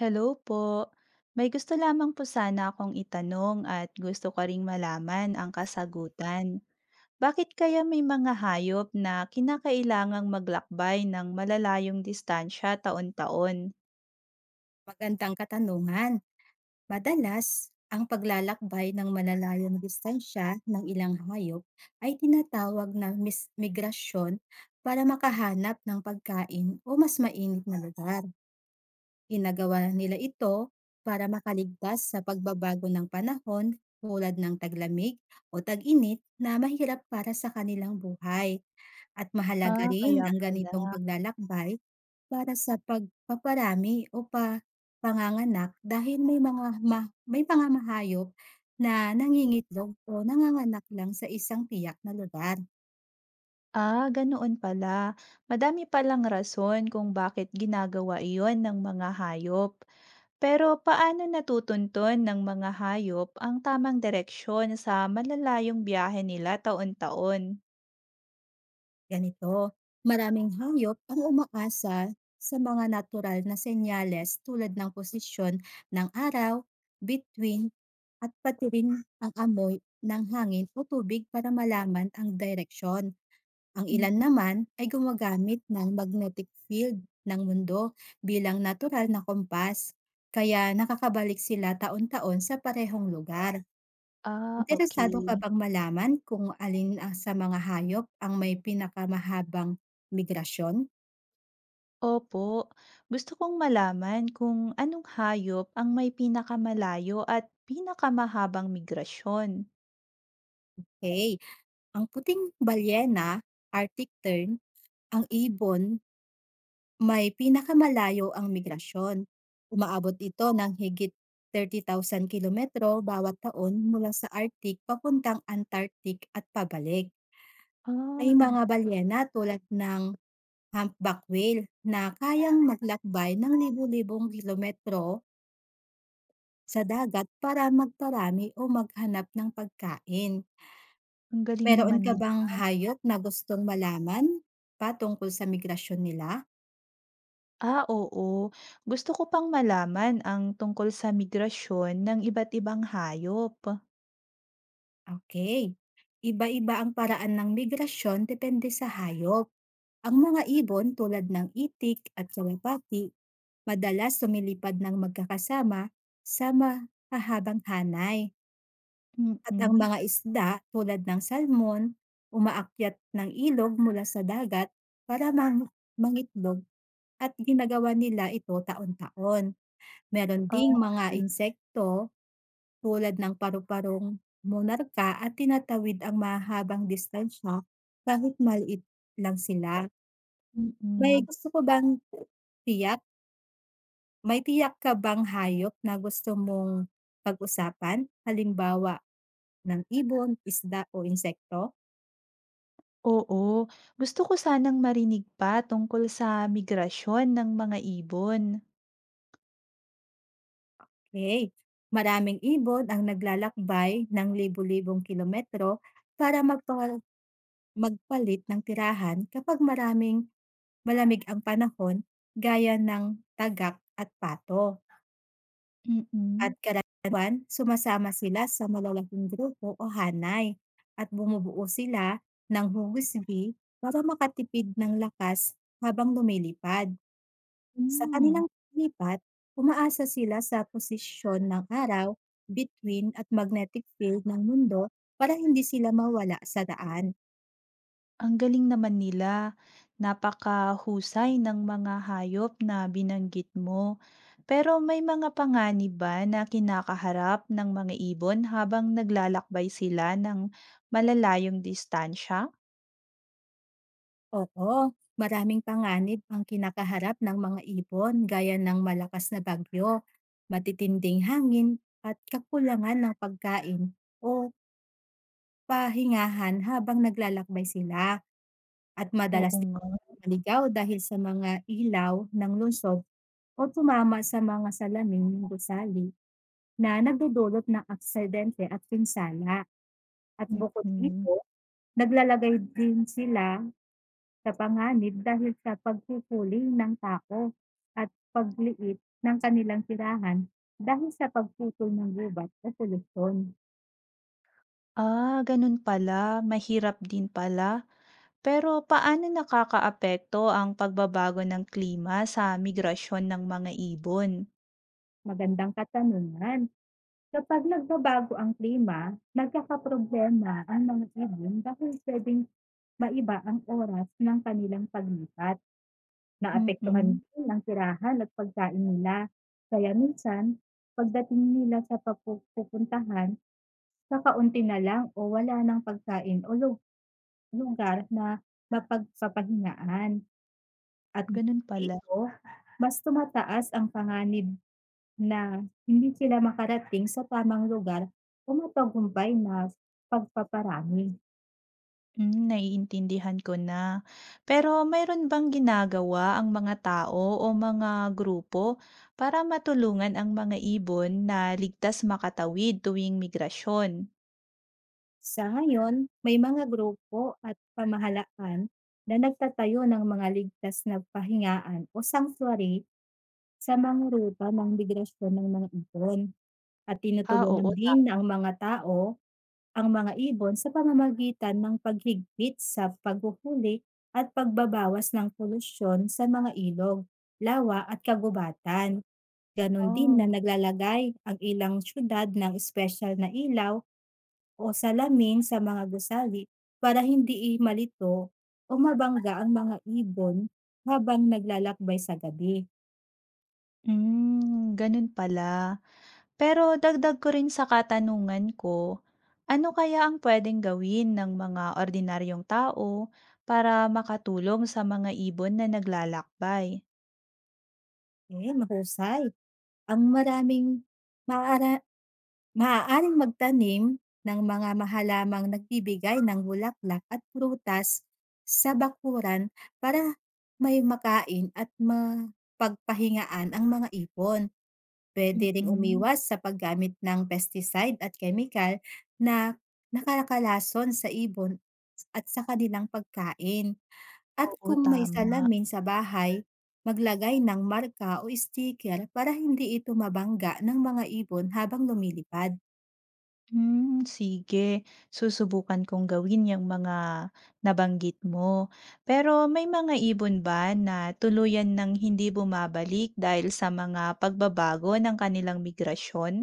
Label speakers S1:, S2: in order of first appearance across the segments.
S1: Hello po. May gusto lamang po sana akong itanong at gusto ko ring malaman ang kasagutan. Bakit kaya may mga hayop na kinakailangang maglakbay ng malalayong distansya taon-taon?
S2: Magandang katanungan. Madalas, ang paglalakbay ng malalayong distansya ng ilang hayop ay tinatawag na migrasyon para makahanap ng pagkain o mas mainit na lugar. Ginagawa nila ito para makaligtas sa pagbabago ng panahon tulad ng taglamig o tag-init na mahirap para sa kanilang buhay. At mahalaga
S1: Ah,
S2: rin
S1: kaya
S2: ang
S1: pala.
S2: ganitong paglalakbay para sa pagpaparami o panganganak dahil may mga mahayop na nangingitlog o nanganganak lang sa isang tiyak na lugar.
S1: Ah, ganoon pala. Madami palang rason kung bakit ginagawa iyon ng mga hayop. Pero paano natutunton ng mga hayop ang tamang direksyon sa malalayong biyahe nila taon-taon?
S2: Ganito, maraming hayop ang umaasa sa mga natural na senyales tulad ng posisyon ng araw, between at pati rin ang amoy ng hangin o tubig para malaman ang direksyon. Ang ilan naman ay gumagamit ng magnetic field ng mundo bilang natural na kompas, kaya nakakabalik sila taon-taon sa parehong lugar.
S1: Ah,
S2: Interesado ka
S1: okay.
S2: bang malaman kung alin ang sa mga hayop ang may pinakamahabang migrasyon?
S1: Opo, gusto kong malaman kung anong hayop ang may pinakamalayo at pinakamahabang migrasyon?
S2: Hey, ang puting balyena, Arctic tern, ang ibon may pinakamalayo ang migrasyon. Umaabot ito ng higit 30,000 kilometro bawat taon mula sa Arctic papuntang Antarctic at pabalik. May
S1: Ah,
S2: mga balyena tulad ng humpback whale na kayang maglakbay ng libu-libong kilometro sa dagat para magparami o maghanap ng pagkain.
S1: ang galing
S2: Meron
S1: naman
S2: ka
S1: nila.
S2: bang hayop na gustong malaman patungkol sa migrasyon nila?
S1: Ah, oo. Gusto ko pang malaman ang tungkol sa migrasyon ng iba't ibang hayop.
S2: Okay, iba-iba ang paraan ng migrasyon depende sa hayop. Ang mga ibon tulad ng itik at kalapati madalas lumilipad ng magkakasama sa mahahabang hanay, at ang
S1: Mm.
S2: mga isda tulad ng salmon umaakyat ng ilog mula sa dagat para mangitlog, at ginagawa nila ito taon-taon. Meron
S1: Ah,
S2: ding mga
S1: okey.
S2: insekto tulad ng paru-parong monarka at tinatawid ang mahabang distansya kahit maliit lang sila. May
S1: Mm.
S2: gusto ko bang tiyak may tiyak ka bang hayop na gusto mong pag-usapan? Halimbawa, ng ibon, isda o insekto?
S1: Oo, gusto ko sanang marinig pa tungkol sa migrasyon ng mga ibon.
S2: Okay? Maraming ibon ang naglalakbay ng libu-libong kilometro para magpalit ng tirahan kapag maraming malamig ang panahon, gaya ng tagak at pato.
S1: Mm-mm.
S2: At
S1: Mm.
S2: karaniwan, sumasama sila sa malalaking grupo o hanay, at bumubuo sila ng hugisgi para makatipid ng lakas habang lumilipad. Sa
S1: Hmm.
S2: kanilang lipat, umaasa sila sa posisyon ng araw, between at magnetic field ng mundo, para hindi sila mawala sa daan.
S1: Ang galing naman nila. Napakahusay ng mga hayop na binanggit mo. Pero may mga panganib ba na kinakaharap ng mga ibon habang naglalakbay sila ng malalayong distansya?
S2: Oo, maraming panganib ang kinakaharap ng mga ibon gaya ng malakas na bagyo, matitinding hangin at kakulangan ng pagkain o pahingahan habang naglalakbay sila, at madalas
S1: Oo
S2: din
S1: nga.
S2: maligaw dahil sa mga ilaw ng lungsod o tumama sa mga salamin ng gusali na nagdudulot ng aksidente at pinsala. At bukod
S1: Mm.
S2: dito, naglalagay din sila sa panganib dahil sa pagpupuli ng tako at pagliit ng kanilang tirahan dahil sa pagputol ng gubat o polusyon.
S1: Ah, ganun pala. Mahirap din pala. Pero paano nakakaapekto ang pagbabago ng klima sa migrasyon ng mga ibon?
S2: Magandang katanungan. Kapag nagbabago ang klima, nagkakaproblema ang mga ibon dahil pwedeng maiba ang oras ng kanilang paglipat. Naapektuhan
S1: Mm,
S2: din ang tirahan at pagkain nila. Kaya minsan, pagdating nila sa papupuntahan, kakaunti na lang o wala ng pagkain o lugar na mapagpapahingaan, at
S1: ganun pala.
S2: dito, mas tumataas ang panganib na hindi sila makarating sa tamang lugar o matagumpay na pagpaparami.
S1: Hmm, naiintindihan ko na. Pero mayroon bang ginagawa ang mga tao o mga grupo para matulungan ang mga ibon na ligtas makatawid tuwing migrasyon?
S2: Sa ngayon, may mga grupo at pamahalaan na nagtatayo ng mga ligtas na pahingaan o sanctuary sa mga ruta ng migrasyon ng mga ibon, at
S1: Ah,
S2: tinutulungan
S1: oo,
S2: din
S1: tama.
S2: ang mga tao ang mga ibon sa pamamagitan ng paghigpit sa paghuhuli at pagbabawas ng polusyon sa mga ilog, lawa at kagubatan. Ganon din na
S1: Oh,
S2: naglalagay ang ilang syudad ng espesyal na ilaw o salamin sa mga gusali para hindi malito o mabangga ang mga ibon habang naglalakbay sa gabi.
S1: hmm, ganun pala. Pero dagdag ko rin sa katanungan ko, ano kaya ang pwedeng gawin ng mga ordinaryong tao para makatulong sa mga ibon na naglalakbay?
S2: Eh, mahusay. Ang maraming maaara Maaaring magtanim ng mga halamang nagbibigay ng bulaklak at prutas sa bakuran para may makain at mapagpahingaan ang mga ipon. Pwede ring
S1: Mm,
S2: umiwas sa paggamit ng pesticide at chemical na nakakalason sa ibon at sa kanilang pagkain. At
S1: oo,
S2: kung may
S1: tama.
S2: salamin sa bahay, maglagay ng marka o sticker para hindi ito mabangga ng mga ibon habang lumilipad.
S1: Hmm, sige. Susubukan kong gawin yung mga nabanggit mo. Pero may mga ibon ba na tuluyan ng hindi bumabalik dahil sa mga pagbabago ng kanilang migrasyon?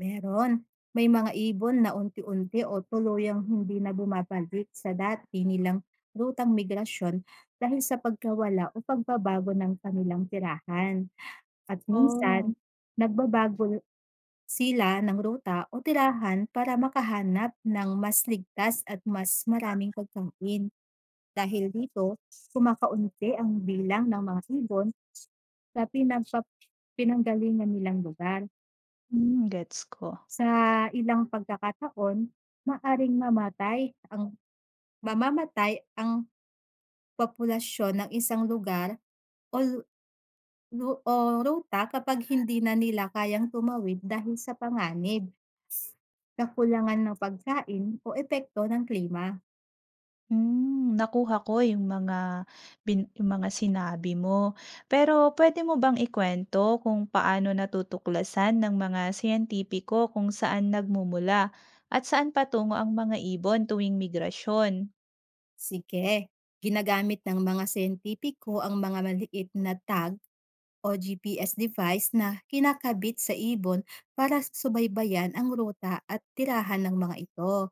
S2: Meron. May mga ibon na unti-unti o tuluyang hindi na bumabalik sa dati nilang rutang migrasyon dahil sa pagkawala o pagbabago ng kanilang tirahan. At
S1: Oh,
S2: minsan, nagbabago sila ng ruta o tirahan para makahanap ng mas ligtas at mas maraming pagkain. Dahil dito, kumakaunti ang bilang ng mga ibon sa pinanggalingan nilang lugar.
S1: hmm, gets ko.
S2: Sa ilang pagkakataon, maaring mamatay ang mamamatay ang populasyon ng isang lugar o lu lu o ruta kapag hindi na nila kayang tumawid dahil sa panganib, kakulangan ng pagkain o epekto ng klima.
S1: Hmm, nakuha ko yung mga yung mga sinabi mo. Pero pwede mo bang ikuwento kung paano natutuklasan ng mga siyentipiko kung saan nagmumula at saan patungo ang mga ibon tuwing migrasyon?
S2: Sige, ginagamit ng mga siyentipiko ang mga maliit na tag o GPS device na kinakabit sa ibon para subaybayan ang ruta at tirahan ng mga ito.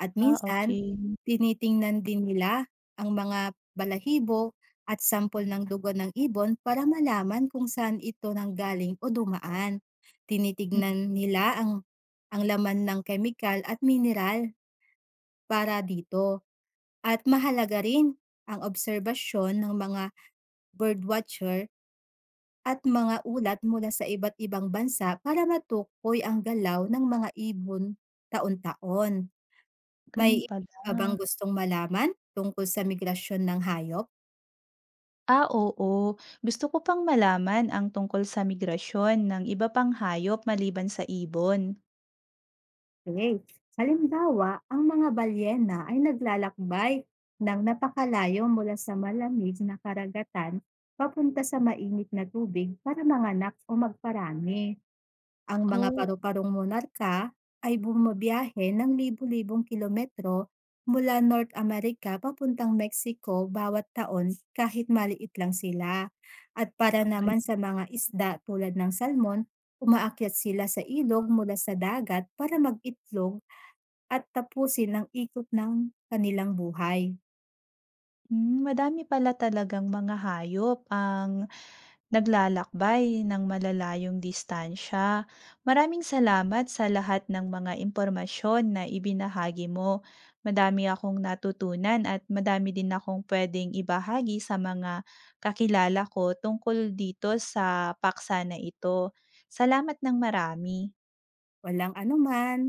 S2: At
S1: Ah,
S2: minsan,
S1: okay.
S2: tinitingnan din nila ang mga balahibo at sampol ng dugo ng ibon para malaman kung saan ito nanggaling o dumaan.
S1: Hmm,
S2: Tinitignan nila ang laman ng kemikal at mineral para dito. At mahalaga rin ang obserbasyon ng mga birdwatcher at mga ulat mula sa iba't ibang bansa para matukoy ang galaw ng mga ibon taon-taon.
S1: gano'n
S2: May iba
S1: pala.
S2: ka bang gustong malaman tungkol sa migrasyon ng hayop?
S1: Ah, oo. Gusto ko pang malaman ang tungkol sa migrasyon ng iba pang hayop maliban sa ibon.
S2: Okey. Halimbawa, ang mga balyena ay naglalakbay ng napakalayo mula sa malamig na karagatan papunta sa mainit na tubig para manganak o magparami. Ang mga
S1: Oh,
S2: paru-parong monarka ay bumabiyahe ng libu-libong kilometro mula North America papuntang Mexico bawat taon kahit maliit lang sila. At para
S1: ang
S2: naman
S1: galing.
S2: sa mga isda tulad ng salmon, umaakyat sila sa ilog mula sa dagat para mag-itlog at tapusin ang ikot ng kanilang buhay.
S1: Hmm, madami pala talagang mga hayop ang naglalakbay ng malalayong distansya. Maraming salamat sa lahat ng mga impormasyon na ibinahagi mo. Madami akong natutunan at madami din akong pwedeng ibahagi sa mga kakilala ko tungkol dito sa paksa na ito. Salamat ng marami.
S2: Walang anuman.